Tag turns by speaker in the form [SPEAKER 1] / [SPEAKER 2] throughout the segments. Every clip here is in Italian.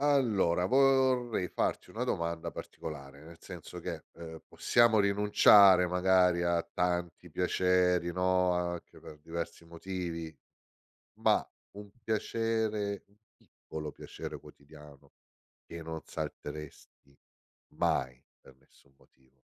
[SPEAKER 1] Allora, vorrei farti una domanda particolare, nel senso che, possiamo rinunciare magari a tanti piaceri, no, anche per diversi motivi, ma un piccolo piacere quotidiano che non salteresti mai per nessun motivo,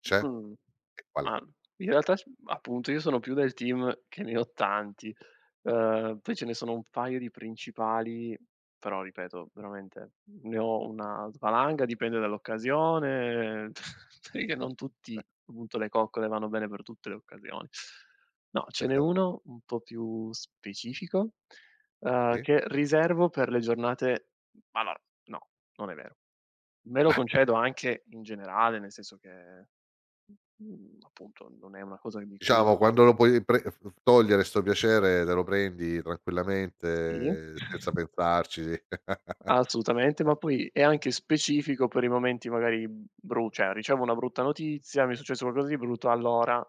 [SPEAKER 1] c'è?
[SPEAKER 2] Mh.
[SPEAKER 1] E qual è?
[SPEAKER 2] Ma in realtà s appunto io sono più del team che ne ho tanti. Poi ce ne sono un paio di principali, però ripeto veramente ne ho una valanga, dipende dall'occasione, perché non tutti appunto le coccole vanno bene per tutte le occasioni. No, ce n'è uno un po' più specifico,
[SPEAKER 1] Sì?
[SPEAKER 2] che riservo per le giornate allora no, non è vero. Me lo concedo anche in generale, nel senso che, mhmm, appunto non è una cosa di cui
[SPEAKER 1] Diciamo quando lo puoi pre f f togliere 'sto piacere te lo prendi
[SPEAKER 2] sì,
[SPEAKER 1] tranquillamente senza pensarci.
[SPEAKER 2] assolutamente, ma poi è anche specifico per i momenti magari bru cioè ricevo una brutta notizia, mi è successo qualcosa di brutto, allora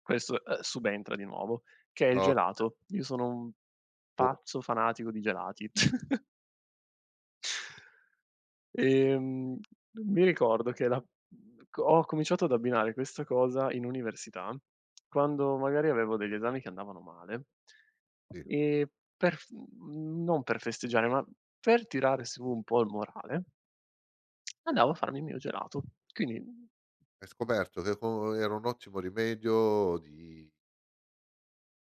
[SPEAKER 2] questo, subentra di nuovo, che è il
[SPEAKER 1] O
[SPEAKER 2] gelato. Io sono un
[SPEAKER 1] o
[SPEAKER 2] pazzo fanatico di gelati. Ehm, Mi ricordo che la ho cominciato ad abbinare questa cosa in università, quando magari avevo degli esami che andavano male,
[SPEAKER 1] sì. Ok.
[SPEAKER 2] e non per festeggiare, ma per tirare su un po' il morale, andavo a farmi il mio gelato. Quindi
[SPEAKER 1] Hai scoperto che co era un ottimo rimedio di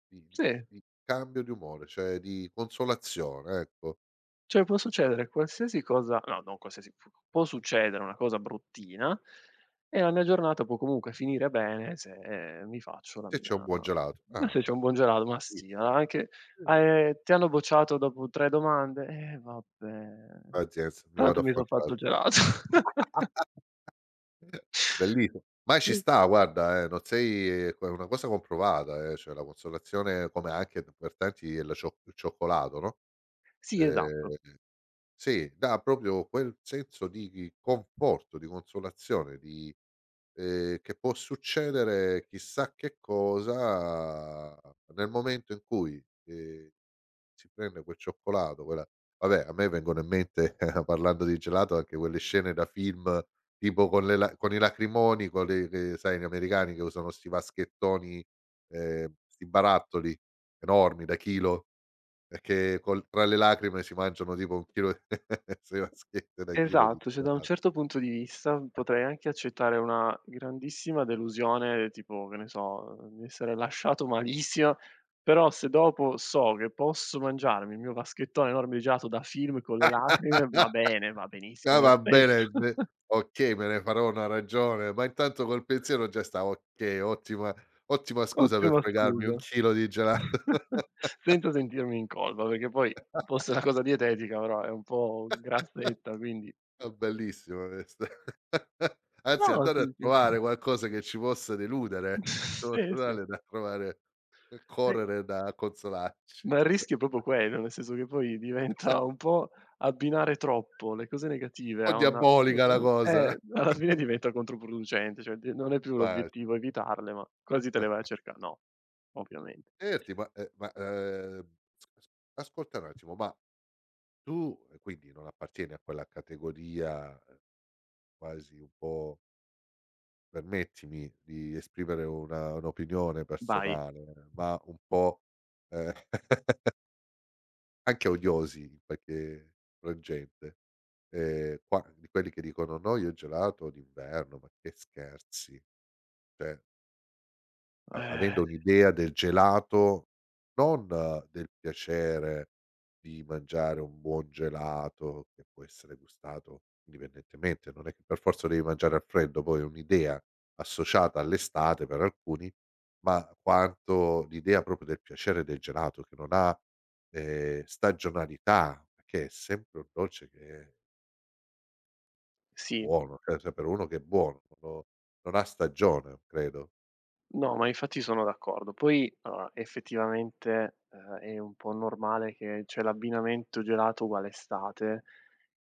[SPEAKER 1] di di
[SPEAKER 2] sì.
[SPEAKER 1] di di cambio di umore, cioè di consolazione, ecco.
[SPEAKER 2] Cioè può succedere qualsiasi cosa no, non qualsiasi p può succedere una cosa bruttina e la mia giornata può comunque finire bene se mi faccio la
[SPEAKER 1] Se
[SPEAKER 2] mia
[SPEAKER 1] c'è un buon gelato.
[SPEAKER 2] ma se c'è
[SPEAKER 1] Ah,
[SPEAKER 2] un buon gelato, ma
[SPEAKER 1] sì,
[SPEAKER 2] sì, anche
[SPEAKER 1] sì.
[SPEAKER 2] "Ti hanno bocciato dopo 3 domande?" Eh vabbè,
[SPEAKER 1] Pazienza, mi vado
[SPEAKER 2] tanto
[SPEAKER 1] a
[SPEAKER 2] mi
[SPEAKER 1] fa' un
[SPEAKER 2] son fatto il
[SPEAKER 1] gelato.
[SPEAKER 2] gelato.
[SPEAKER 1] Bellissimo. Ma ci sta guarda, non sei è una cosa comprovata, cioè la consolazione come anche per tanti è la cioc il cioccolato, no.
[SPEAKER 2] Sì, esatto.
[SPEAKER 1] ehm Sì, dà proprio quel senso di conforto, di consolazione, di che può succedere chissà che cosa nel momento in cui, si prende quel cioccolato, quella vabbè, a me vengono in mente parlando di gelato anche quelle scene da film tipo con le la, con i lacrimoni, con le sai, gli americani che usano 'sti vaschettoni, 'sti barattoli enormi da chilo, perché col tra le lacrime si mangiano tipo 1 chilo di 6 vaschette da chilo di
[SPEAKER 2] Esatto, cioè da un
[SPEAKER 1] insalata.
[SPEAKER 2] certo punto di vista potrei anche accettare una grandissima delusione, tipo, che ne so, di essere lasciato malissimo, però se dopo so che posso mangiarmi il mio vaschettone enorme di gelato da film con le lacrime, va bene, va
[SPEAKER 1] Ah,
[SPEAKER 2] benissimo lo
[SPEAKER 1] va bene,
[SPEAKER 2] stesso.
[SPEAKER 1] beh, okay, me ne farò una ragione, ma intanto col pensiero già stavo: "Okay, ottima scusa per
[SPEAKER 2] Ottima
[SPEAKER 1] fregarmi 1
[SPEAKER 2] scusa.
[SPEAKER 1] chilo di gelato."
[SPEAKER 2] Senza sentirmi in colpa, perché poi fosse una cosa dietetica, però è un po' grassetta, quindi
[SPEAKER 1] Ah, bellissima questa. Anzi,
[SPEAKER 2] no,
[SPEAKER 1] andare
[SPEAKER 2] sì,
[SPEAKER 1] a
[SPEAKER 2] sì.
[SPEAKER 1] trovare qualcosa che ci possa deludere, in modo
[SPEAKER 2] Sì, sì.
[SPEAKER 1] tale da trovare e
[SPEAKER 2] E
[SPEAKER 1] correre da consolarci.
[SPEAKER 2] Ma il rischio è proprio quello, nel senso che poi diventa un po' abbinare troppo le cose
[SPEAKER 1] Un
[SPEAKER 2] negative
[SPEAKER 1] po'
[SPEAKER 2] a una
[SPEAKER 1] diabolica la cosa.
[SPEAKER 2] alla fine diventa controproducente, cioè d non è più
[SPEAKER 1] Vai.
[SPEAKER 2] l'obiettivo evitarle, ma quasi te le vai a cerca no, ovviamente.
[SPEAKER 1] Senti, ma s s ascolta un attimo, ma tu quindi non appartieni a quella categoria, quasi un po', permettimi di esprimere una un'opinione
[SPEAKER 2] Vai.
[SPEAKER 1] personale, ma un po', ehm, anche odiosi in qualche frangente, qua, di quelli che dicono: "No, io il gelato d'inverno, ma che scherzi?" Cioè, A
[SPEAKER 2] Eh,
[SPEAKER 1] avendo un'idea del gelato, non del piacere di mangiare un buon gelato che può essere gustato indipendentemente, non è che per forza lo devi mangiare al freddo, poi è un'idea associata all'estate per alcuni, ma quanto l'idea proprio del piacere del gelato che non ha, stagionalità, perché è sempre un dolce che è
[SPEAKER 2] sì.
[SPEAKER 1] buono, cioè se per uno che è buono, no, non ha stagione, credo.
[SPEAKER 2] No, ma infatti sono d'accordo. Poi, allora, effettivamente, è un po' normale che c'è l'abbinamento gelato uguale estate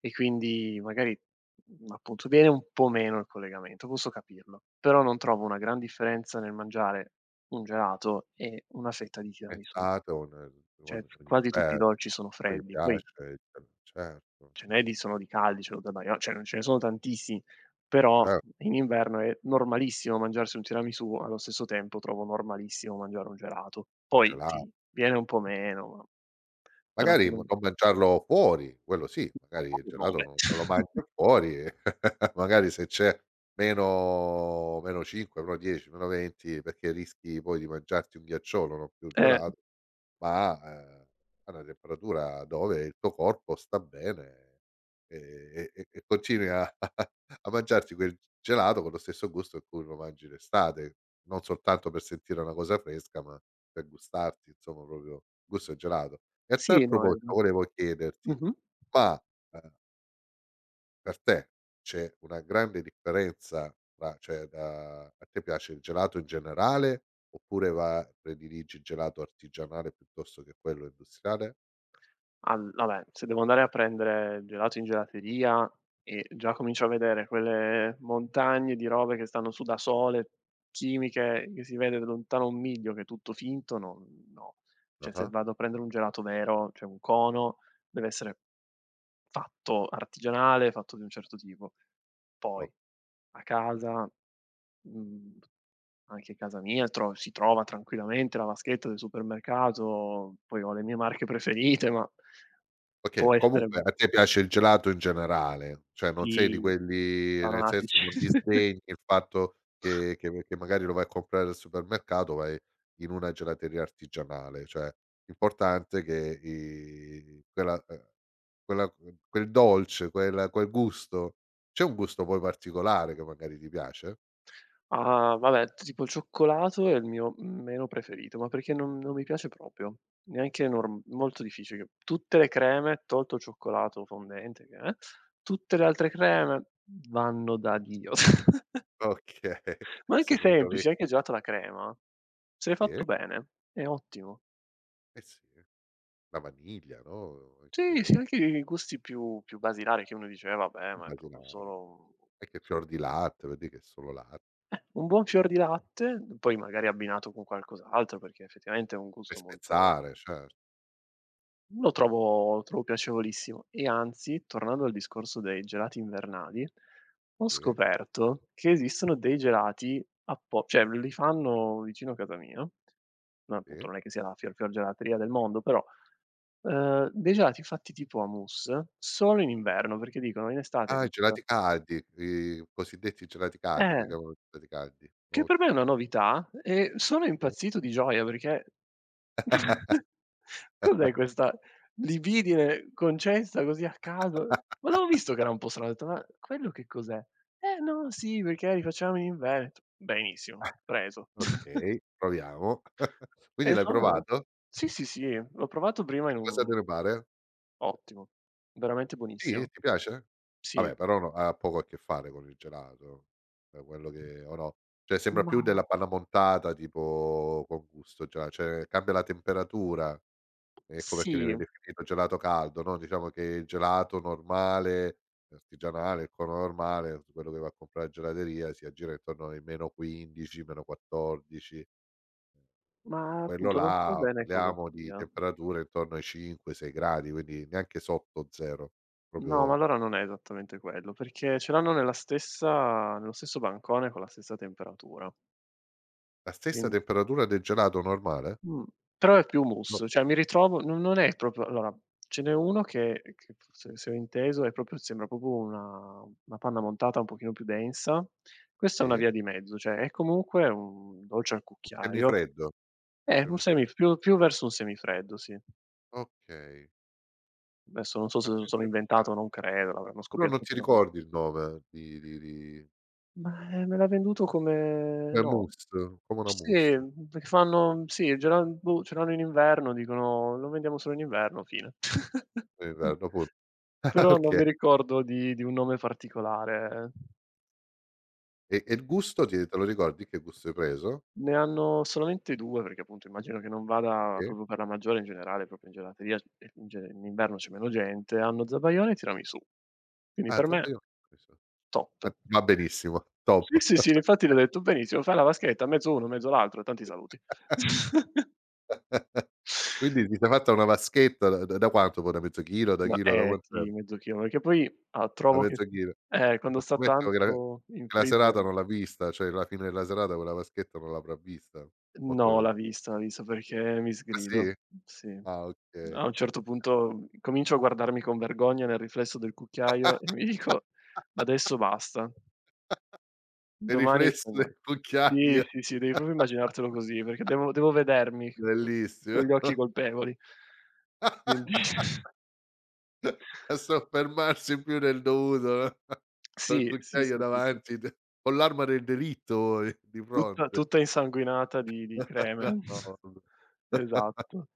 [SPEAKER 2] e quindi magari, appunto, viene un po' meno il collegamento, posso capirlo, però non trovo una gran differenza nel mangiare un gelato e una fetta di tiramisù.
[SPEAKER 1] Estate o nel
[SPEAKER 2] Cioè,
[SPEAKER 1] o in
[SPEAKER 2] quasi tutti i
[SPEAKER 1] inverno,
[SPEAKER 2] dolci sono
[SPEAKER 1] poi mi
[SPEAKER 2] freddi, poi
[SPEAKER 1] piace il gel certo,
[SPEAKER 2] ce n'è di sono di caldi, ce l'ho da Maio cioè non ce ne sono tantissimi, però
[SPEAKER 1] certo,
[SPEAKER 2] in inverno è normalissimo mangiarsi un tiramisù, allo stesso tempo trovo normalissimo mangiare un gelato.
[SPEAKER 1] il
[SPEAKER 2] Poi
[SPEAKER 1] gelato.
[SPEAKER 2] sì, viene un po' meno, ma è una
[SPEAKER 1] Magari
[SPEAKER 2] cosa
[SPEAKER 1] mo non mangiarlo fuori, quello sì, magari il
[SPEAKER 2] il
[SPEAKER 1] gelato
[SPEAKER 2] nome.
[SPEAKER 1] non lo mangio fuori e magari se c'è -5, -10, -20, perché rischi poi di mangiarti un ghiacciolo, non più il
[SPEAKER 2] Eh,
[SPEAKER 1] gelato. Ma, a una temperatura dove il tuo corpo sta bene, e continui a a mangiarti quel gelato con lo stesso gusto con cui lo mangi d'estate, non soltanto per sentire una cosa fresca, ma per gustarti insomma proprio il gusto del gelato. E a tal
[SPEAKER 2] sì, no, esa
[SPEAKER 1] proposito volevo chiederti:
[SPEAKER 2] mh-mh.
[SPEAKER 1] ma, ehm per te c'è una grande differenza tra, cioè, da a te piace il gelato in generale oppure va prediligi il gelato artigianale piuttosto che quello industriale?
[SPEAKER 2] Al Vabbè, se devo andare a prendere gelato in gelateria e già comincio a vedere quelle montagne di robe che stanno su da sole, chimiche, che si vede da lontano un miglio che è tutto finto, no no. Cioè, se
[SPEAKER 1] Ah-ah.
[SPEAKER 2] vado a prendere un gelato vero, cioè un cono, deve essere fatto artigianale, fatto di un certo tipo.
[SPEAKER 1] O
[SPEAKER 2] Poi a casa, mhmm, anche casa mia tro si trova tranquillamente la vaschetta del supermercato, poi ho le mie marche preferite, ma
[SPEAKER 1] Okay,
[SPEAKER 2] può essere
[SPEAKER 1] comunque a te piace il gelato in generale, cioè non sei di
[SPEAKER 2] sì,
[SPEAKER 1] quelli, nel senso,
[SPEAKER 2] fanatici.
[SPEAKER 1] non disdegni il fatto che magari lo vai a comprare al supermercato, vai in una gelateria artigianale, cioè l'importante che i quella quella quel dolce, quel gusto. C'è un gusto poi particolare che magari ti piace?
[SPEAKER 2] Ah, vabbè, tipo il cioccolato è il mio meno preferito, ma perché non mi piace proprio, neanche norm molto difficile. Tutte le creme, tolto il cioccolato fondente che tutte le altre creme vanno da Dio.
[SPEAKER 1] Okay,
[SPEAKER 2] Ma
[SPEAKER 1] e
[SPEAKER 2] anche
[SPEAKER 1] se mi dove
[SPEAKER 2] semplici, anche gelato alla crema, se fatto
[SPEAKER 1] sì,
[SPEAKER 2] bene è ottimo.
[SPEAKER 1] eh sì, la vaniglia, no,
[SPEAKER 2] Sì, sì,
[SPEAKER 1] ehm,
[SPEAKER 2] anche i gusti più basilari che uno dice: "Eh vabbè, ma è proprio
[SPEAKER 1] immaginari
[SPEAKER 2] solo un"
[SPEAKER 1] anche
[SPEAKER 2] so
[SPEAKER 1] fior di latte, vedi che è solo latte,
[SPEAKER 2] un buon fior di latte, poi magari abbinato con qualcos'altro, perché effettivamente è un
[SPEAKER 1] puoi
[SPEAKER 2] gusto molto
[SPEAKER 1] spezzare, certo,
[SPEAKER 2] Lo trovo piacevolissimo e anzi, tornando al discorso dei gelati invernali, ho
[SPEAKER 1] sì,
[SPEAKER 2] scoperto che esistono dei gelati appo cioè li fanno vicino a casa mia, no appunto
[SPEAKER 1] sì.
[SPEAKER 2] non è che sia la fior fior gelateria del mondo, però, dei gelati fatti tipo a mousse solo in inverno, perché dicono in estate
[SPEAKER 1] Ah, i
[SPEAKER 2] questa
[SPEAKER 1] gelati caldi, i cosiddetti gelati caldi,
[SPEAKER 2] eh,
[SPEAKER 1] che chiamano gelati caldi.
[SPEAKER 2] che per me è una
[SPEAKER 1] Okay,
[SPEAKER 2] novità e sono impazzito di gioia perché Cos'è questa libidine concessa così a caso? Ma l'avevo visto che era un po' strano, ho detto: "Ma quello che cos'è?" "Eh no, sì, perché li facciamo in Veneto." Benissimo, preso.
[SPEAKER 1] okay, proviamo. Quindi
[SPEAKER 2] E
[SPEAKER 1] l'hai
[SPEAKER 2] sono
[SPEAKER 1] provato?
[SPEAKER 2] Sì, sì, sì, l'ho provato prima
[SPEAKER 1] E
[SPEAKER 2] in
[SPEAKER 1] cosa te
[SPEAKER 2] un
[SPEAKER 1] ne pare?
[SPEAKER 2] ottimo, veramente
[SPEAKER 1] Sì?
[SPEAKER 2] buonissimo.
[SPEAKER 1] Ti piace?
[SPEAKER 2] Sì,
[SPEAKER 1] Vabbè, però no, ha poco a che fare con il gelato, da quello che, o no? Cioè sembra
[SPEAKER 2] ma
[SPEAKER 1] più della panna montata tipo con gusto gela cioè cambia la temperatura. Ecco perché
[SPEAKER 2] sì,
[SPEAKER 1] viene definito gelato caldo, no, diciamo che il gelato normale, artigianale, il cono normale, quello che va a comprare in gelateria, si aggira intorno ai -15, -14.
[SPEAKER 2] ma
[SPEAKER 1] Quello
[SPEAKER 2] appunto non so
[SPEAKER 1] là
[SPEAKER 2] bene cosa
[SPEAKER 1] parliamo di
[SPEAKER 2] sia.
[SPEAKER 1] temperature intorno ai 5, 6 gradi, quindi neanche sotto 0.
[SPEAKER 2] No, ma
[SPEAKER 1] Proprio
[SPEAKER 2] allora non è esattamente quello, perché ce l'hanno nella stessa nello stesso bancone con la stessa temperatura.
[SPEAKER 1] la stessa
[SPEAKER 2] Quin
[SPEAKER 1] temperatura del gelato normale?
[SPEAKER 2] mh, però è più
[SPEAKER 1] No.
[SPEAKER 2] mousse, cioè mi ritrovo non è proprio allora ce n'è uno che se ho inteso è proprio sembra proprio una panna montata un pochino più densa. Questa è una
[SPEAKER 1] Sì?
[SPEAKER 2] via di mezzo, cioè è comunque un dolce al
[SPEAKER 1] Un
[SPEAKER 2] cucchiaio,
[SPEAKER 1] semifreddo, un
[SPEAKER 2] un semi
[SPEAKER 1] semifreddo.
[SPEAKER 2] più verso un semifreddo, sì.
[SPEAKER 1] Okay.
[SPEAKER 2] Adesso non so se
[SPEAKER 1] Ah,
[SPEAKER 2] se lo
[SPEAKER 1] che
[SPEAKER 2] sono
[SPEAKER 1] interessan
[SPEAKER 2] inventato, non credo, l'avranno
[SPEAKER 1] però non ti
[SPEAKER 2] scopiazzato da qualche
[SPEAKER 1] ricordi il nome di
[SPEAKER 2] Ma, me l'ha venduto come
[SPEAKER 1] come
[SPEAKER 2] no.
[SPEAKER 1] mousse, come una
[SPEAKER 2] Sì,
[SPEAKER 1] mousse.
[SPEAKER 2] perché fanno sì, ce l'han boh, ce l'hanno in inverno, dicono: "Lo vendiamo solo in inverno, fine".
[SPEAKER 1] L'inverno pu
[SPEAKER 2] Però non
[SPEAKER 1] okay.
[SPEAKER 2] mi ricordo di un nome particolare.
[SPEAKER 1] E il gusto ti te lo ricordi, che gusto hai preso?
[SPEAKER 2] Ne hanno solamente 2 perché appunto immagino che non vada
[SPEAKER 1] Sì?
[SPEAKER 2] proprio per la maggiore in generale, proprio in gelateria, e in ge in inverno c'è meno gente, hanno zabaione e tiramisù. Quindi
[SPEAKER 1] Ah,
[SPEAKER 2] per me
[SPEAKER 1] zabaione.
[SPEAKER 2] top.
[SPEAKER 1] Ah, va benissimo,
[SPEAKER 2] Sì,
[SPEAKER 1] top.
[SPEAKER 2] sì, sì, infatti gli ho detto: "Benissimo, fai la vaschetta, mezzo uno, mezzo l'altro e tanti saluti".
[SPEAKER 1] Quindi ti sei fatta una vaschetta da quanto poi? Da mezzo
[SPEAKER 2] No,
[SPEAKER 1] chilo, da
[SPEAKER 2] eh
[SPEAKER 1] quant'è?
[SPEAKER 2] sì, mezzo chilo, perché poi, ah,
[SPEAKER 1] Da
[SPEAKER 2] trovo che
[SPEAKER 1] mezzo chilo.
[SPEAKER 2] quando
[SPEAKER 1] Ma
[SPEAKER 2] sta
[SPEAKER 1] scommettiamo che
[SPEAKER 2] tanto in
[SPEAKER 1] la
[SPEAKER 2] freezer
[SPEAKER 1] serata non l'ha vista, cioè la fine della serata quella vaschetta non l'avrà vista, molto
[SPEAKER 2] no,
[SPEAKER 1] probabilmente.
[SPEAKER 2] l'ha vista perché mi
[SPEAKER 1] Ah
[SPEAKER 2] sgrido,
[SPEAKER 1] sì?
[SPEAKER 2] sì.
[SPEAKER 1] Ah, okay.
[SPEAKER 2] A un certo punto comincio a guardarmi con vergogna nel riflesso del cucchiaio e mi dico: "Adesso basta,
[SPEAKER 1] Il
[SPEAKER 2] domani
[SPEAKER 1] riflesso
[SPEAKER 2] stai ma"
[SPEAKER 1] del
[SPEAKER 2] sì,
[SPEAKER 1] cucchiaio,
[SPEAKER 2] sì, sì, devi proprio immaginartelo così, perché devo vedermi co con
[SPEAKER 1] bellissimo.
[SPEAKER 2] gli occhi colpevoli. Quindi
[SPEAKER 1] A soffermarsi più del dovuto, no, col
[SPEAKER 2] sì, sì,
[SPEAKER 1] cucchiaio
[SPEAKER 2] sì, sì, sì.
[SPEAKER 1] davanti, d con l'arma del delitto voi di
[SPEAKER 2] Tutta
[SPEAKER 1] fronte.
[SPEAKER 2] tutta insanguinata di creme.
[SPEAKER 1] No, vabbè.
[SPEAKER 2] Esatto.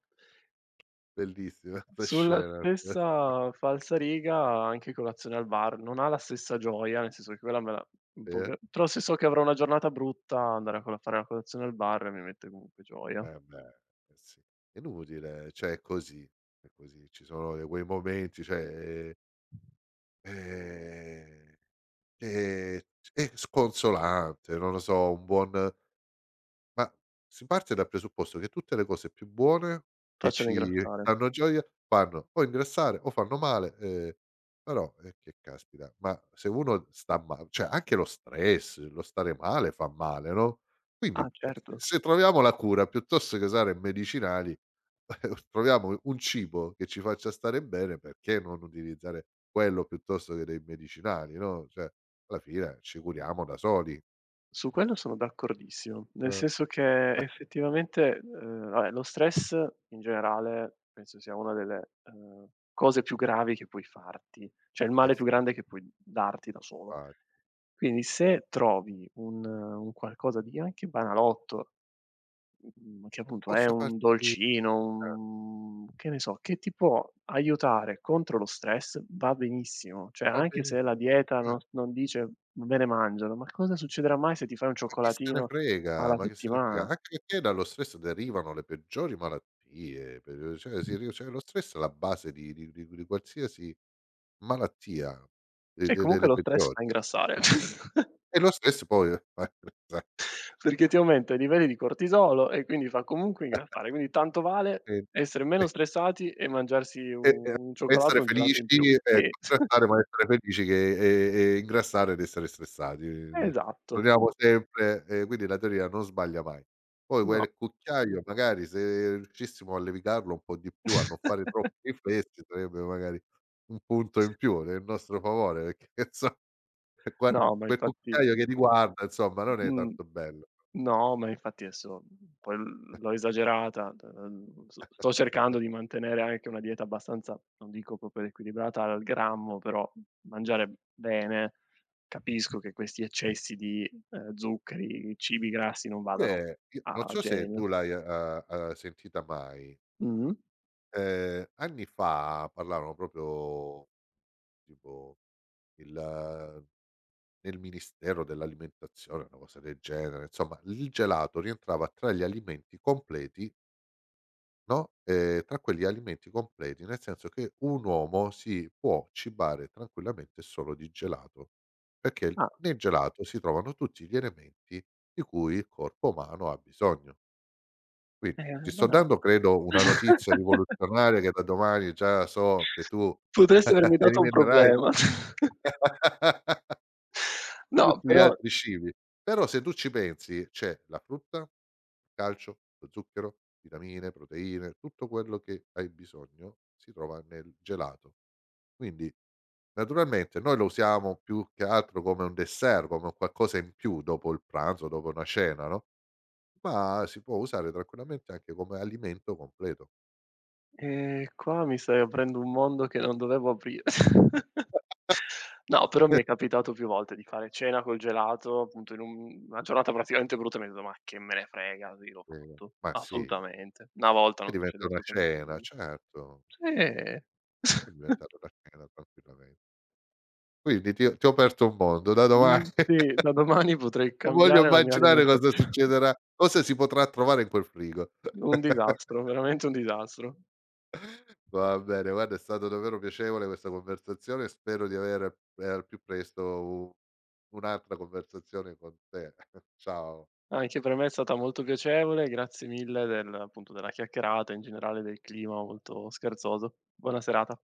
[SPEAKER 1] Bellissima 'sta
[SPEAKER 2] Sulla
[SPEAKER 1] scena.
[SPEAKER 2] stessa falsariga, anche colazione al bar, non ha la stessa gioia, nel senso che quella me la un
[SPEAKER 1] Sì,
[SPEAKER 2] po'
[SPEAKER 1] eh?
[SPEAKER 2] però se so che avrò una giornata brutta, andare a col fare la colazione al bar mi mette comunque gioia.
[SPEAKER 1] Eh beh, eh sì. È inutile, cioè è così, è così. Ci sono de quei momenti, cioè, ehm, che è sconsolante, non lo so, un buon ma si parte dal presupposto che tutte le cose più buone, che
[SPEAKER 2] Faccia
[SPEAKER 1] ci
[SPEAKER 2] ringraziare.
[SPEAKER 1] danno gioia, fanno o ingrassare o fanno male, però, che caspita, ma se uno sta ma cioè anche lo stress, lo stare male fa male, no, quindi
[SPEAKER 2] Ah, certo.
[SPEAKER 1] se troviamo la cura piuttosto che usare medicinali, troviamo un cibo che ci faccia stare bene, perché non utilizzare quello piuttosto che dei medicinali, no, cioè alla fine ci curiamo da soli. Eh,
[SPEAKER 2] Su quello sono d'accordissimo, nel
[SPEAKER 1] eh
[SPEAKER 2] senso che effettivamente, vabbè lo stress in generale penso sia una delle, cose più gravi che puoi farti, cioè il
[SPEAKER 1] eh
[SPEAKER 2] male più
[SPEAKER 1] sì,
[SPEAKER 2] grande che puoi darti da solo.
[SPEAKER 1] infa
[SPEAKER 2] Quindi se trovi un qualcosa di anche banalotto che
[SPEAKER 1] che
[SPEAKER 2] appunto è
[SPEAKER 1] possa
[SPEAKER 2] un
[SPEAKER 1] farti
[SPEAKER 2] dolcino, un che ne so, che ti può aiutare contro lo stress, va benissimo. Cioè
[SPEAKER 1] va
[SPEAKER 2] anche se la
[SPEAKER 1] benissimo,
[SPEAKER 2] dieta
[SPEAKER 1] cioè
[SPEAKER 2] non dice: "Me ne mangiano", ma cosa succederà mai se ti fai un
[SPEAKER 1] ma chi se ne
[SPEAKER 2] cioccolatino
[SPEAKER 1] frega,
[SPEAKER 2] alla
[SPEAKER 1] ma chi se ne frega,
[SPEAKER 2] settimana?
[SPEAKER 1] anche perché dallo stress derivano le peggiori malattie, pe cioè si ri cioè lo stress è la base di qualsiasi malattia, de
[SPEAKER 2] E
[SPEAKER 1] de
[SPEAKER 2] comunque
[SPEAKER 1] delle
[SPEAKER 2] lo stress
[SPEAKER 1] peggiori.
[SPEAKER 2] fa ingrassare,
[SPEAKER 1] E lo stress poi
[SPEAKER 2] perché ti aumenta i livelli di cortisolo e quindi fa comunque ingrassare. Quindi tanto vale essere meno stressati e mangiarsi u un cioccolato
[SPEAKER 1] essere
[SPEAKER 2] o un gelato in più.
[SPEAKER 1] felici e
[SPEAKER 2] Sì,
[SPEAKER 1] contrastare, ma essere felici che e ingrassare ed essere stressati, quindi
[SPEAKER 2] esatto,
[SPEAKER 1] torniamo sempre, quindi la teoria non sbaglia mai. Poi
[SPEAKER 2] no.
[SPEAKER 1] quel cucchiaio, magari se riuscissimo a levigarlo un po' di più, a non fare troppi riflessi, sarebbe magari un punto in più nel nostro favore, perché inso qua
[SPEAKER 2] No, ma
[SPEAKER 1] quel
[SPEAKER 2] infatti
[SPEAKER 1] cucchiaio che ti guarda insomma non è
[SPEAKER 2] mhmm,
[SPEAKER 1] tanto bello.
[SPEAKER 2] no, ma infatti adesso poi l'ho esagerata, s sto cercando di mantenere anche una dieta abbastanza, non dico proprio equilibrata al grammo, però mangiare bene. Capisco che questi eccessi di, zuccheri, cibi grassi non vadano
[SPEAKER 1] Oppure, io non
[SPEAKER 2] a
[SPEAKER 1] so se tu
[SPEAKER 2] genio.
[SPEAKER 1] l'hai, sentita mai,
[SPEAKER 2] Mh-mh.
[SPEAKER 1] anni fa parlavano proprio, tipo il nel Ministero dell'Alimentazione, una cosa del genere, insomma il gelato rientrava tra gli alimenti completi, no, tra quegli alimenti completi, nel senso che un uomo si può cibare tranquillamente solo di gelato, perché
[SPEAKER 2] Ah,
[SPEAKER 1] nel gelato si trovano tutti gli elementi di cui il corpo umano ha bisogno. Quindi ti sto
[SPEAKER 2] allora
[SPEAKER 1] dando, credo, una notizia rivoluzionaria, che da domani già so che tu
[SPEAKER 2] potresti avermi dato un
[SPEAKER 1] eliminerai
[SPEAKER 2] problema. No,
[SPEAKER 1] tutti gli
[SPEAKER 2] però
[SPEAKER 1] altri cibi. Però se tu ci pensi c'è la frutta, il calcio, lo zucchero, vitamine, proteine, tutto quello che hai bisogno si trova nel gelato. Quindi, naturalmente, noi lo usiamo più che altro come un dessert, come un qualcosa in più dopo il pranzo, dopo una cena, no, ma si può usare tranquillamente anche come alimento completo.
[SPEAKER 2] Qua mi stai aprendo un mondo che non dovevo aprire. No, però mi è capitato più volte di fare cena col gelato, appunto in un una giornata praticamente brutta, mi son detto: "Ma che me ne frega", sì, l'ho
[SPEAKER 1] Sì,
[SPEAKER 2] fatto,
[SPEAKER 1] ma sì,
[SPEAKER 2] assolutamente. Una volta,
[SPEAKER 1] poi
[SPEAKER 2] non succede
[SPEAKER 1] diventa una
[SPEAKER 2] assolutamente
[SPEAKER 1] cena,
[SPEAKER 2] nulla.
[SPEAKER 1] certo, può
[SPEAKER 2] Sì.
[SPEAKER 1] diventare una cena tranquillame quindi ti ho aperto un mondo, da domani
[SPEAKER 2] Mhmm, sì, da domani potrei
[SPEAKER 1] non voglio
[SPEAKER 2] cambiare la mia
[SPEAKER 1] immaginare cosa
[SPEAKER 2] alimentazione.
[SPEAKER 1] succederà, cosa si potrà trovare in quel frigo.
[SPEAKER 2] Un disastro, veramente un disastro.
[SPEAKER 1] Va bene, guarda, è stato davvero piacevole questa conversazione, spero di avere, al più presto u un'altra conversazione con te. Ciao.
[SPEAKER 2] Anche per me è stata molto piacevole, grazie mille del appunto, della chiacchierata, in generale del clima molto scherzoso. Buona serata.